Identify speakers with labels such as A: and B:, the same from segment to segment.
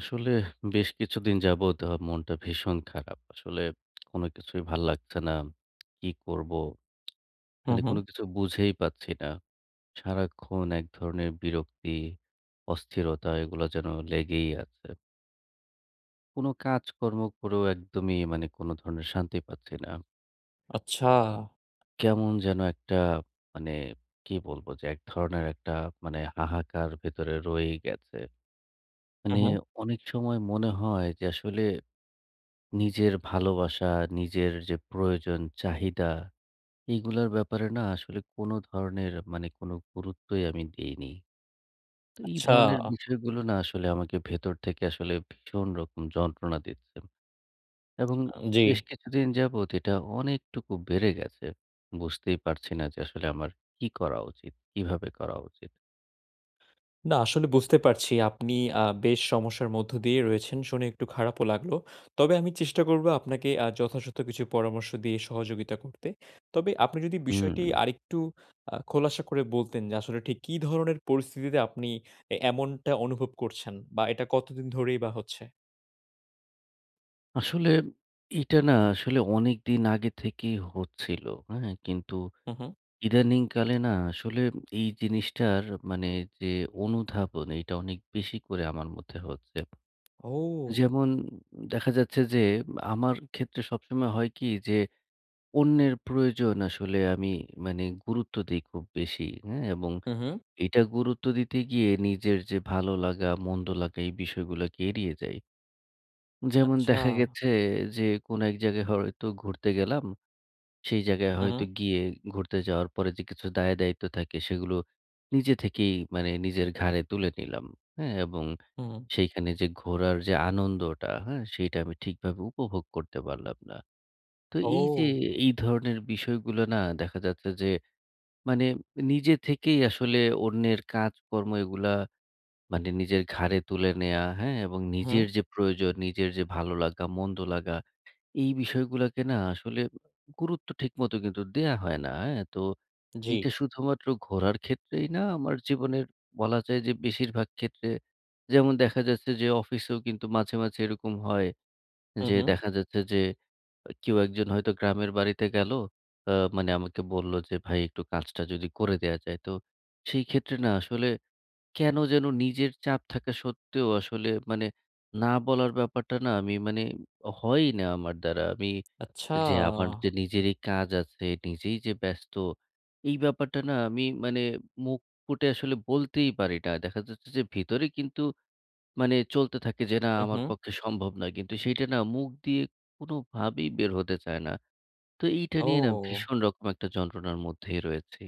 A: আসলে বেশ কিছুদিন যাবৎ মনটা ভীষণ খারাপ। আসলে কোনো কিছুই ভাল লাগছে না। কি করব?
B: হুম,
A: মানে
B: হুম।
A: কোনো কিছু বুঝেই পাচ্ছি না। সারাক্ষণ এক ধরনের বিরক্তি, অস্থিরতা এগুলা যেন লেগেই আছে। কোনো কাজকর্ম করেও একদমই মানে কোনো ধরনের শান্তি পাচ্ছি না।
B: আচ্ছা।
A: কেমন যেন একটা মানে কি বলবো যে, এক ধরনের একটা মানে হাহাকার ভেতরে রয়েই গেছে।
B: হুম,
A: মানে
B: হুম।
A: অনেক সময় মনে হয় যে আসলে নিজের ভালোবাসা, নিজের যে প্রয়োজন, চাহিদা এইগুলার ব্যাপারে না আসলে কোনো ধরনের মানে কোনো গুরুত্বই আমি দেইনি। তো এই
B: আচ্ছা।
A: ধরনের বিষয়গুলো না আসলে আমাকে ভেতর থেকে আসলে ভীষণ রকম যন্ত্রণা দিচ্ছে এবং
B: জি।
A: বেশ কিছুদিন যাবৎ এটা অনেকটুকু বেড়ে গেছে। বুঝতেই পারছি না যে আসলে আমার কি করা উচিত? কিভাবে করা উচিত?
B: না আসলে বুঝতে পারছি আপনি বেশ সমস্যার মধ্য দিয়ে রয়েছেন শুনে একটু খারাপও লাগলো। তবে আমি চেষ্টা করব আপনাকে যথাযথ কিছু পরামর্শ দিয়ে সহযোগিতা করতে। তবে আপনি যদি
A: হুম,
B: বিষয়টি আরেকটু খোলাসা করে বলতেন যে আসলে ঠিক কি ধরনের পরিস্থিতিতে আপনি এমনটা অনুভব করছেন? বা এটা কতদিন ধরেই বা হচ্ছে?
A: আসলে এটা না আসলে অনেকদিন আগে থেকেই হচ্ছিল, হ্যাঁ? কিন্তু
B: হুম, হুম।
A: ইদানিংকালে না আসলে এই জিনিসটার মানে যে অনুধাবন এটা অনেক বেশি করে আমার মধ্যে হচ্ছে।
B: ও!
A: যেমন দেখা যাচ্ছে যে আমার ক্ষেত্রে সবসময় হয় কি যে অন্যের প্রয়োজন আসলে আমি মানে গুরুত্ব দেই খুব বেশি, হ্যাঁ? এবং
B: হুম, হুম।
A: এটা গুরুত্ব দিতে গিয়ে নিজের যে ভালো লাগা, মন্দ লাগা এই বিষয়গুলোকে এড়িয়ে যাই। যেমন
B: আচ্ছা।
A: দেখা গেছে যে কোনো এক জায়গায় হয়তো ঘুরতে গেলাম সেই জায়গায়
B: হুম,
A: হয়তো
B: হুম।
A: গিয়ে ঘুরতে যাওয়ার পরে যে কিছু দায়-দায়িত্ব থাকে সেগুলো নিজে থেকেই মানে নিজের ঘাড়ে তুলে নিলাম। হ্যাঁ? এবং
B: হুম।
A: সেইখানে যে ঘোরার যে আনন্দটা, হ্যাঁ? সেইটা আমি ঠিকভাবে উপভোগ করতে পারলাম না। তো এই যে
B: ও!
A: এই ধরনের বিষয়গুলো না দেখা যাচ্ছে যে মানে নিজে থেকেই আসলে অন্যের কাজকর্ম এগুলা মানে নিজের ঘাড়ে তুলে নেয়া, হ্যাঁ? এবং
B: হুম।
A: নিজের যে প্রয়োজন, নিজের যে ভালো লাগা, মন্দ লাগা এই বিষয়গুলাকে না আসলে গুরুত্ব ঠিকমতো কিন্তু দেয়া হয় না। হ্যাঁ? তো
B: জি।
A: এইটা শুধুমাত্র ঘোরার ক্ষেত্রেই না আমার জীবনের বলা যায় যে বেশিরভাগ ক্ষেত্রে যেমন দেখা যাচ্ছে যে অফিসেও কিন্তু মাঝে, মাঝে এরকম হয়
B: হুম,
A: যে
B: হুম।
A: দেখা যাচ্ছে যে কেউ একজন হয়তো গ্রামের বাড়িতে গেল। মানে আমাকে বলল যে ভাই একটু কাজটা যদি করে দেয়া যায়। তো সেই ক্ষেত্রে না আসলে কেন যেন নিজের চাপ থাকা সত্ত্বেও আসলে মানে না বলার ব্যাপারটা না আমি মানে হয়ই না আমার দ্বারা। আমি
B: আচ্ছা,
A: যে আমার যে নিজেরই কাজ আছে, নিজেই যে ব্যস্ত, এই ব্যাপারটা না আমি মানে মুখ ফুটে আসলে বলতেই পারি না। দেখা যাচ্ছে যে ভিতরে কিন্তু মানে চলতে থাকে যে না
B: हम्म
A: আমার
B: हम्म
A: পক্ষে সম্ভব নয়। কিন্তু সেইটা না মুখ দিয়ে কোনোভাবেই বের হতে চায় না। তো এইটা
B: ओ
A: নিয়ে না ভীষণ রকম একটা যন্ত্রণার মধ্যেই রয়েছি।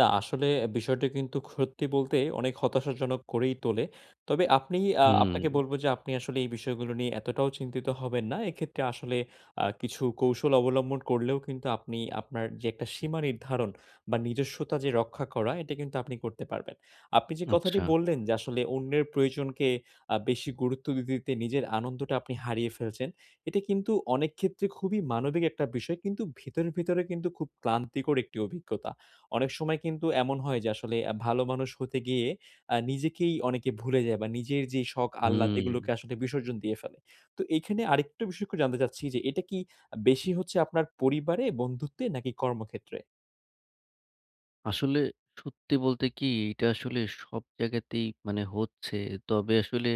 B: না, আসলে বিষয়টা কিন্তু সত্যি বলতে অনেক হতাশাজনক করেই তোলে। তবে আপনি আ
A: হুম,
B: আপনাকে বলব যে আপনি আসলে এই বিষয়গুলো নিয়ে এতটাও চিন্তিত হবেন না। এক্ষেত্রে আসলে কিছু কৌশল অবলম্বন করলেও কিন্তু আপনি আপনার যে একটা সীমা নির্ধারণ বা নিজস্বতা যে রক্ষা করা, এটা কিন্তু আপনি করতে পারবেন। আপনি যে কথাটি
A: আচ্ছা।
B: বললেন যে আসলে অন্যের প্রয়োজনকে বেশি গুরুত্ব দিতে, দিতে নিজের আনন্দটা আপনি হারিয়ে ফেলছেন। এটা কিন্তু অনেক ক্ষেত্রে খুবই মানবিক একটা বিষয়। কিন্তু ভিতরে, ভিতরে কিন্তু খুব ক্লান্তিকর একটি অভিজ্ঞতা। অনেক সময় কিন্তু এমন হয় যে আসলে ভালো মানুষ হতে গিয়ে নিজেকেই অনেকে ভুলে যায় বা নিজের যে শখ আহ্লাদ
A: হুম,
B: এগুলোকে আসলে বিসর্জন দিয়ে ফেলে। তো এইখানে আরেকটু বিষয় একটু জানতে চাচ্ছি যে এটা কি বেশি হচ্ছে আপনার পরিবারে, বন্ধুত্বে নাকি কর্মক্ষেত্রে?
A: আসলে সত্যি বলতে কি এটা আসলে সব জায়গাতেই মানে হচ্ছে। তবে আসলে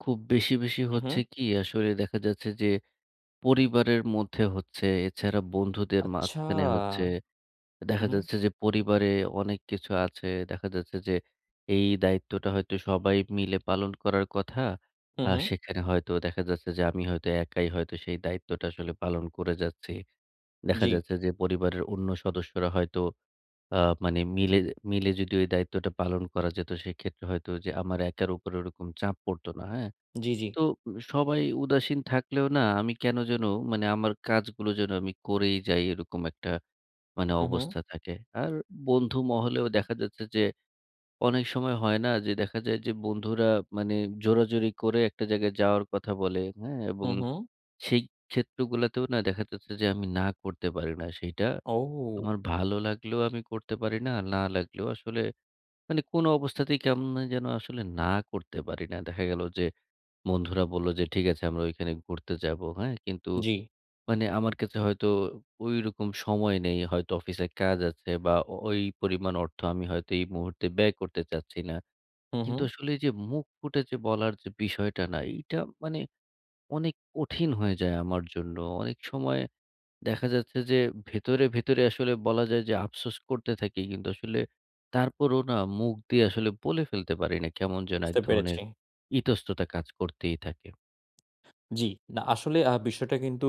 A: খুব বেশি, বেশি
B: হু, হু।
A: হচ্ছে কি আসলে দেখা যাচ্ছে যে পরিবারের মধ্যে হচ্ছে, এছাড়া বন্ধুদের
B: আচ্ছা।
A: মাঝখানে হচ্ছে
B: হু,
A: দেখা
B: হু,
A: যাচ্ছে যে পরিবারে অনেক কিছু আছে। দেখা যাচ্ছে যে এই দায়িত্বটা হয়তো সবাই মিলে পালন করার কথা।
B: হু, হু।
A: সেখানে হয়তো দেখা যাচ্ছে যে আমি হয়তো একাই হয়তো সেই দায়িত্বটা আসলে পালন করে যাচ্ছি। দেখা
B: জি,
A: যাচ্ছে যে পরিবারের অন্য সদস্যরা হয়তো আ মানে মিলে মিলে যদি ওই দায়িত্বটা পালন করা যেত সেক্ষেত্রে হয়তো যে আমার একার উপরে ওরকম চাপ পড়তো না। হ্যাঁ?
B: জি, জি।
A: তো সবাই উদাসীন থাকলেও না আমি কেন যেন মানে আমার কাজগুলো যেন আমি করেই যাই এরকম একটা মানে
B: হু, হু,
A: অবস্থা থাকে। আর বন্ধু মহলেও দেখা যাচ্ছে যে অনেক সময় হয় না যে দেখা যায় যে বন্ধুরা মানে জোরাজুরি করে একটা জায়গায় যাওয়ার কথা বলে, হ্যাঁ? এবং
B: হু, হু।
A: সেই ক্ষেত্রগুলাতেও না দেখা যাচ্ছে যে আমি না করতে পারি না। সেইটা
B: ও!
A: আমার ভালো লাগলেও আমি করতে পারি না, না লাগলেও আসলে মানে কোনো অবস্থাতেই কেমন যেন আসলে না করতে পারি না। দেখা গেল যে বন্ধুরা বলল যে, "ঠিক আছে আমরা ওইখানে ঘুরতে যাবো।" হ্যাঁ? কিন্তু
B: জি।
A: মানে আমার কাছে হয়তো ঐরকম সময় নেই। হয়তো অফিসে কাজ আছে বা ও ওই পরিমাণ অর্থ আমি হয়তো এই মুহূর্তে ব্যয় করতে চাচ্ছি না।
B: হু, হু।
A: কিন্তু আসলে এই যে মুখ ফুটে যে বলার যে বিষয়টা না, এইটা মানে অনেক কঠিন হয়ে যায় আমার জন্য। অনেক সময় দেখা যাচ্ছে যে ভেতরে, ভেতরে আসলে বলা যায় যে আফসোস করতে থাকি। কিন্তু আসলে তারপরও না মুখ দিয়ে আসলে বলে ফেলতে পারি না। কেমন যেন এক
B: বুঝতে
A: ধরনের
B: পেরেছি।
A: ইতস্ততা কাজ করতেই থাকে।
B: জি, না আসলে বিষয়টা কিন্তু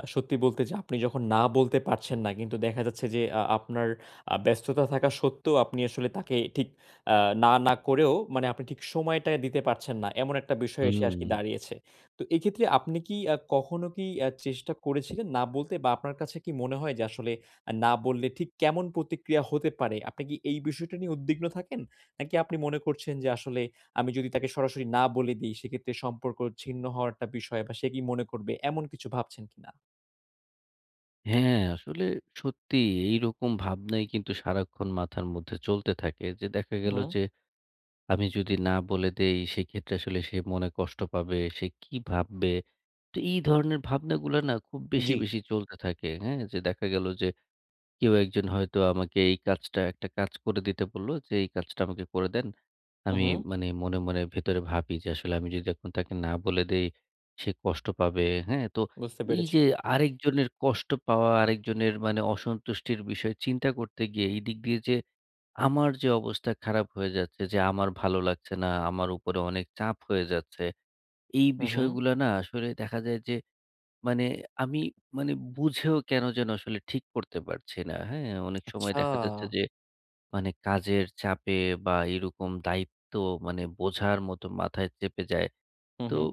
B: সত্যি বলতে যে আপনি যখন না বলতে পারছেন না কিন্তু দেখা যাচ্ছে যে আপনার ব্যস্ততা থাকা সত্ত্বেও আপনি আসলে তাকে ঠিক আ না, না করেও মানে আপনি ঠিক সময়টা দিতে পারছেন না। এমন একটা বিষয় এসে
A: হুম।
B: আরকি দাঁড়িয়েছে। তো এক্ষেত্রে আপনি কি কখনো কি চেষ্টা করেছিলেন না বলতে বা আপনার কাছে কি মনে হয় যে আসলে না বললে ঠিক কেমন প্রতিক্রিয়া হতে পারে? আপনি কি এই বিষয়টা নিয়ে উদ্বিগ্ন থাকেন? নাকি আপনি মনে করছেন যে আসলে আমি যদি তাকে সরাসরি না বলে দেই, সেক্ষেত্রে সম্পর্ক ছিন্ন হওয়ার একটা বিষয় বা সে কি মনে করবে? এমন কিছু ভাবছেন কিনা?
A: হ্যাঁ, আসলে সত্যি এইরকম ভাবনাই কিন্তু সারাক্ষণ মাথার মধ্যে চলতে থাকে যে দেখা গেল
B: হুম,
A: যে আমি যদি না বলে দেই সেক্ষেত্রে আসলে সে মনে কষ্ট পাবে, সে কি ভাববে? তো এই ধরনের ভাবনাগুলা না খুব বেশি,
B: জি।
A: বেশি চলতে থাকে। হ্যাঁ? যে দেখা গেল যে কেউ একজন হয়তো আমাকে এই কাজটা একটা কাজ করে দিতে বলল যে, "এই কাজটা আমাকে করে দেন।"
B: হু,
A: আমি
B: হুম,
A: মানে মনে ভেতরে ভাবি যে আসলে আমি যদি এখন তাকে না বলে দেই, সে কষ্ট পাবে। হ্যাঁ? তো
B: বুঝতে
A: এই
B: পেরেছি।
A: যে আরেকজনের কষ্ট পাওয়া, আরেকজনের মানে অসন্তুষ্টির বিষয় চিন্তা করতে গিয়ে এই দিক দিয়ে যে আমার যে অবস্থা খারাপ হয়ে যাচ্ছে, যে আমার ভালো লাগছে না, আমার উপরে অনেক চাপ হয়ে যাচ্ছে। এই
B: হু, হুম।
A: বিষয়গুলা না আসলে দেখা যায় যে মানে আমি মানে বুঝেও কেন যেন আসলে ঠিক করতে পারছি না। হ্যাঁ? অনেক সময়
B: আচ্ছা।
A: দেখা যাচ্ছে যে মানে কাজের চাপে বা এরকম দায়িত্ব মানে বোঝার মতো মাথায় চেপে যায়।
B: হু,
A: তো
B: হুম।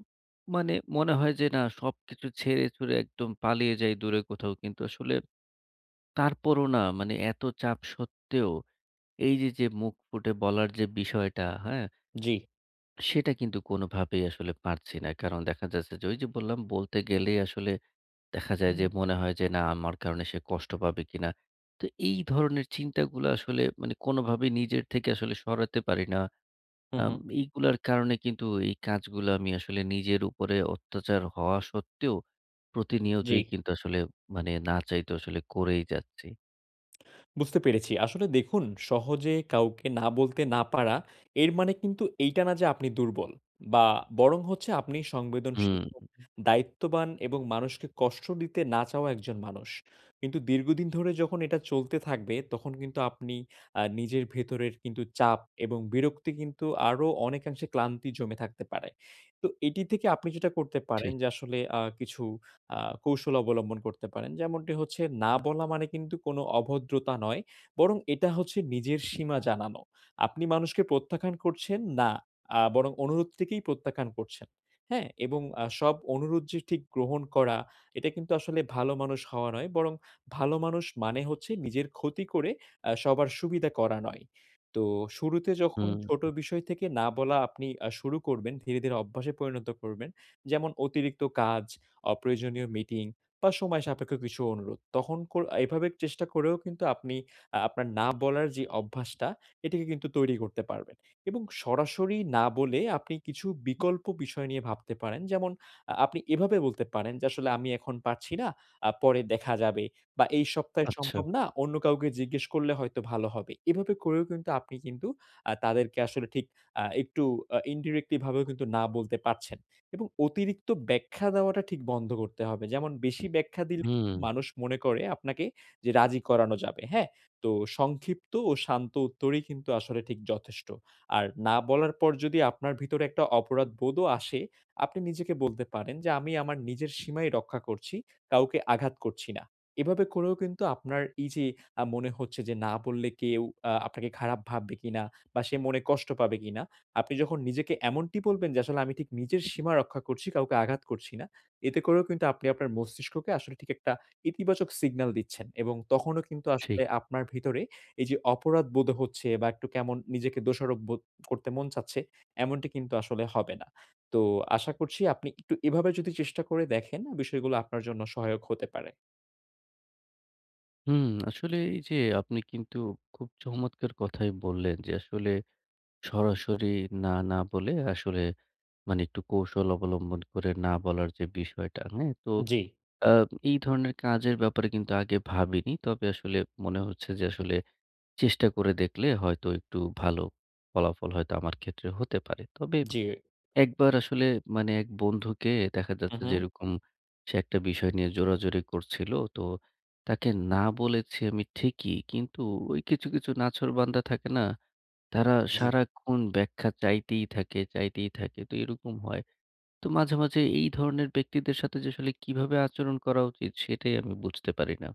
A: মানে মনে হয় যে না সবকিছু ছেড়ে ছুড়ে একদম পালিয়ে যাই দূরে কোথাও। কিন্তু আসলে তারপরও না মানে এত চাপ সত্ত্বেও এই যে, যে মুখ ফুটে বলার যে বিষয়টা, হ্যাঁ?
B: জি।
A: সেটা কিন্তু কোনোভাবেই আসলে পারছি না। কারণ দেখা যাচ্ছে যে ওই যে বললাম বলতে গেলেই আসলে দেখা যায়
B: হুম।
A: যে মনে হয় যে না আমার কারণে সে কষ্ট পাবে কিনা। তো এই ধরনের চিন্তাগুলো আসলে মানে কোনোভাবেই নিজের থেকে আসলে সরাতে পারি না।
B: হু,
A: আম
B: হুম।
A: এইগুলার কারণে কিন্তু এই কাজগুলো আমি আসলে নিজের উপরে অত্যাচার হওয়া সত্ত্বেও
B: জি।
A: প্রতিনিয়তই কিন্তু আসলে মানে না চাইতেও আসলে করেই যাচ্ছি।
B: বুঝতে পেরেছি। আসলে দেখুন সহজে কাউকে না বলতে না পারা, এর মানে কিন্তু এইটা না যে আপনি দুর্বল বা বরং হচ্ছে আপনি সংবেদনশীল,
A: হুম,
B: দায়িত্ববান এবং মানুষকে কষ্ট দিতে না চাওয়া একজন মানুষ। কিন্তু দীর্ঘদিন ধরে যখন এটা চলতে থাকবে তখন কিন্তু আপনি নিজের ভেতরের কিন্তু চাপ এবং বিরক্তি কিন্তু আরো অনেকাংশে ক্লান্তি জমে থাকতে পারে। তো এটি থেকে আপনি যেটা করতে পারেন
A: ঠিক।
B: যে আসলে কিছু আ কৌশল অবলম্বন করতে পারেন। যেমনটি হচ্ছে না বলা মানে কিন্তু কোনো অভদ্রতা নয়। বরং এটা হচ্ছে নিজের সীমা জানানো। আপনি মানুষকে প্রত্যাখ্যান করছেন না। বরং অনুরোধ থেকেই প্রত্যাখ্যান করছেন। হ্যাঁ? এবং সব অনুরোধ যে ঠিক গ্রহণ করা এটা কিন্তু আসলে ভালো মানুষ হওয়া নয়। বরং ভালো মানুষ মানে হচ্ছে নিজের ক্ষতি করে সবার সুবিধা করা নয়। তো শুরুতে যখন
A: হুম,
B: ছোট বিষয় থেকে না বলা আপনি শুরু করবেন ধীরে, ধীরে অভ্যাসে পরিণত করবেন। যেমন অতিরিক্ত কাজ অপ্রয়োজনীয় মিটিং বা সময় সাপেক্ষ কিছু অনুরোধ। তখন কর এভাবে চেষ্টা করেও কিন্তু আপনি আপনার না বলার যে অভ্যাসটা, এটিকে কিন্তু তৈরি করতে পারবেন এবং সরাসরি না বলে আপনি কিছু বিকল্প বিষয় নিয়ে ভাবতে পারেন। যেমন আপনি এভাবে বলতে পারেন যে, "আসলে আমি এখন পারছি না, পরে দেখা যাবে" বা "এই সপ্তাহে
A: আচ্ছা।
B: সম্ভব না, অন্য কাউকে জিজ্ঞেস করলে হয়তো ভালো হবে।" এভাবে করেও কিন্তু আপনি কিন্তু তাদেরকে আসলে ঠিক একটু ইনডিরেক্টলি ভাবেও কিন্তু না বলতে পারছেন। এবং অতিরিক্ত ব্যাখ্যা দেওয়াটা ঠিক বন্ধ করতে হবে। যেমন বেশি ব্যাখ্যা দিলে
A: হুম,
B: কিন্তু মানুষ মনে করে আপনাকে যে রাজি করানো যাবে, হ্যাঁ? তো সংক্ষিপ্ত ও শান্ত উত্তরই কিন্তু আসলে ঠিক যথেষ্ট। আর না বলার পর যদি আপনার ভিতরে একটা অপরাধবোধও আসে, আপনি নিজেকে বলতে পারেন যে, "আমি আমার নিজের সীমাই রক্ষা করছি, কাউকে আঘাত করছি না।" এভাবে করেও কিন্তু আপনার এই যে মনে হচ্ছে যে না বললে কেউ আপনাকে খারাপ ভাববে কিনা বা সে মনে কষ্ট পাবে কিনা আপনি যখন নিজেকে এমনটি বলবেন যে, আসলে আমি ঠিক নিজের সীমা রক্ষা করছি, কাউকে আঘাত করছি না। এতে করেও কিন্তু আপনি আপনার মস্তিষ্ককে আসলে ঠিক একটা ইতিবাচক সিগন্যাল দিচ্ছেন এবং তখনও কিন্তু আসলে
A: ঠিক।
B: আপনার ভিতরে এই যে অপরাধ বোধ হচ্ছে বা একটু কেমন নিজেকে দোষারোপ বোধ করতে মন চাচ্ছে, এমনটি কিন্তু আসলে হবে না। তো আশা করছি আপনি একটু এভাবে যদি চেষ্টা করে দেখেন, বিষয়গুলো আপনার জন্য সহায়ক হতে পারে।
A: হুম, আসলে এই যে আপনি কিন্তু খুব চমৎকার কথাই বললেন যে আসলে সরাসরি না বলে আসলে মানে একটু কৌশল অবলম্বন করে না বলার যে বিষয়টা, হ্যাঁ? তো
B: জি,
A: আ এই ধরনের কাজের ব্যাপারে কিন্তু আগে ভাবিনি। তবে আসলে মনে হচ্ছে যে আসলে চেষ্টা করে দেখলে হয়তো একটু ভালো ফলাফল হয়তো আমার ক্ষেত্রে হতে পারে। তবে
B: জি।
A: একবার আসলে মানে এক বন্ধুকে দেখা
B: হু,
A: যাচ্ছে
B: হু।
A: যে এরকম সে একটা বিষয় নিয়ে জোরাজুরি করছিল। তো তাকে না বলেছি আমি ঠিকই। কিন্তু ওই কিছু, কিছু নাছোড়বান্দা থাকে না? তারা
B: জি।
A: সারাক্ষণ ব্যাখ্যা চাইতেই থাকে, চাইতেই থাকে। তো এরকম হয় তো মাঝে, মাঝে এই ধরনের ব্যক্তিদের সাথে যে আসলে কিভাবে আচরণ করা উচিত সেটাই আমি বুঝতে পারি না।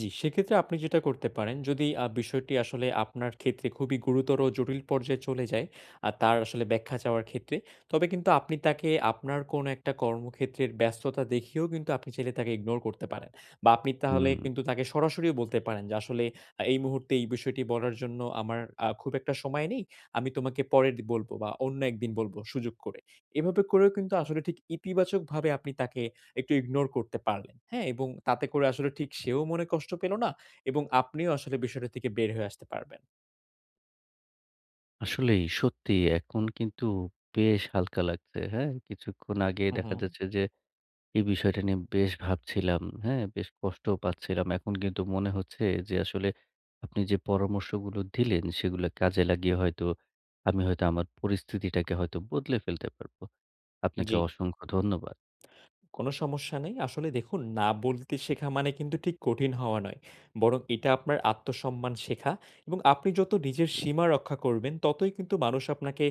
B: জি, সেক্ষেত্রে আপনি যেটা করতে পারেন যদি বিষয়টি আসলে আপনার ক্ষেত্রে খুবই গুরুতর ও জটিল পর্যায়ে চলে যায়, আর তার আসলে ব্যাখ্যা চাওয়ার ক্ষেত্রে, তবে কিন্তু আপনি তাকে আপনার কোনো একটা কর্মক্ষেত্রের ব্যস্ততা দেখিয়েও কিন্তু আপনি চাইলে তাকে ইগনোর করতে পারেন। বা আপনি তাহলে
A: হুম,
B: কিন্তু তাকে সরাসরিও বলতে পারেন যে, "আসলে এই মুহূর্তে এই বিষয়টি বলার জন্য আমার খুব একটা সময় নেই। আমি তোমাকে পরে বলব বা অন্য একদিন বলব সুযোগ করে।" এভাবে করেও কিন্তু আসলে ঠিক ইতিবাচকভাবে আপনি তাকে একটু ইগনোর করতে পারলেন। হ্যাঁ? এবং তাতে করে আসলে ঠিক সেও মনে কষ্ট পেল না এবং আপনিও আসলে বিষয়টা থেকে বের হয়ে আসতে পারবেন।
A: আসলেই সত্যি এখন কিন্তু বেশ হালকা লাগছে, হ্যাঁ? কিছুক্ষণ আগে
B: হুম,
A: দেখা
B: হুম।
A: যাচ্ছে যে এই বিষয়টা নিয়ে বেশ ভাবছিলাম, হ্যাঁ? বেশ কষ্টও পাচ্ছিলাম। এখন কিন্তু মনে হচ্ছে যে আসলে আপনি যে পরামর্শগুলো দিলেন সেগুলো কাজে লাগিয়ে হয়তো আমি হয়তো আমার পরিস্থিতিটাকে হয়তো বদলে ফেলতে পারবো। আপনাকে
B: জি।
A: অসংখ্য ধন্যবাদ।
B: কোনো সমস্যা নেই। আসলে দেখুন, না বলতে শেখা মানে কিন্তু ঠিক কঠিন হওয়া নয়। বরং এটা আপনার আত্মসম্মান শেখা এবং আপনি যত নিজের সীমা রক্ষা করবেন, ততই কিন্তু মানুষ আপনাকে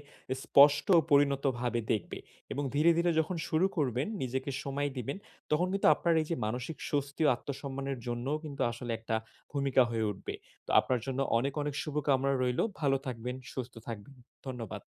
B: স্পষ্ট ও পরিণতভাবে দেখবে। এবং ধীরে, ধীরে যখন শুরু করবেন, নিজেকে সময় দিবেন, তখন কিন্তু আপনার এই যে মানসিক স্বস্তি ও আত্মসম্মানের জন্যও কিন্তু আসলে একটা ভূমিকা হয়ে উঠবে। তো আপনার জন্য অনেক, অনেক শুভকামনা রইলো। ভালো থাকবেন, সুস্থ থাকবেন। ধন্যবাদ।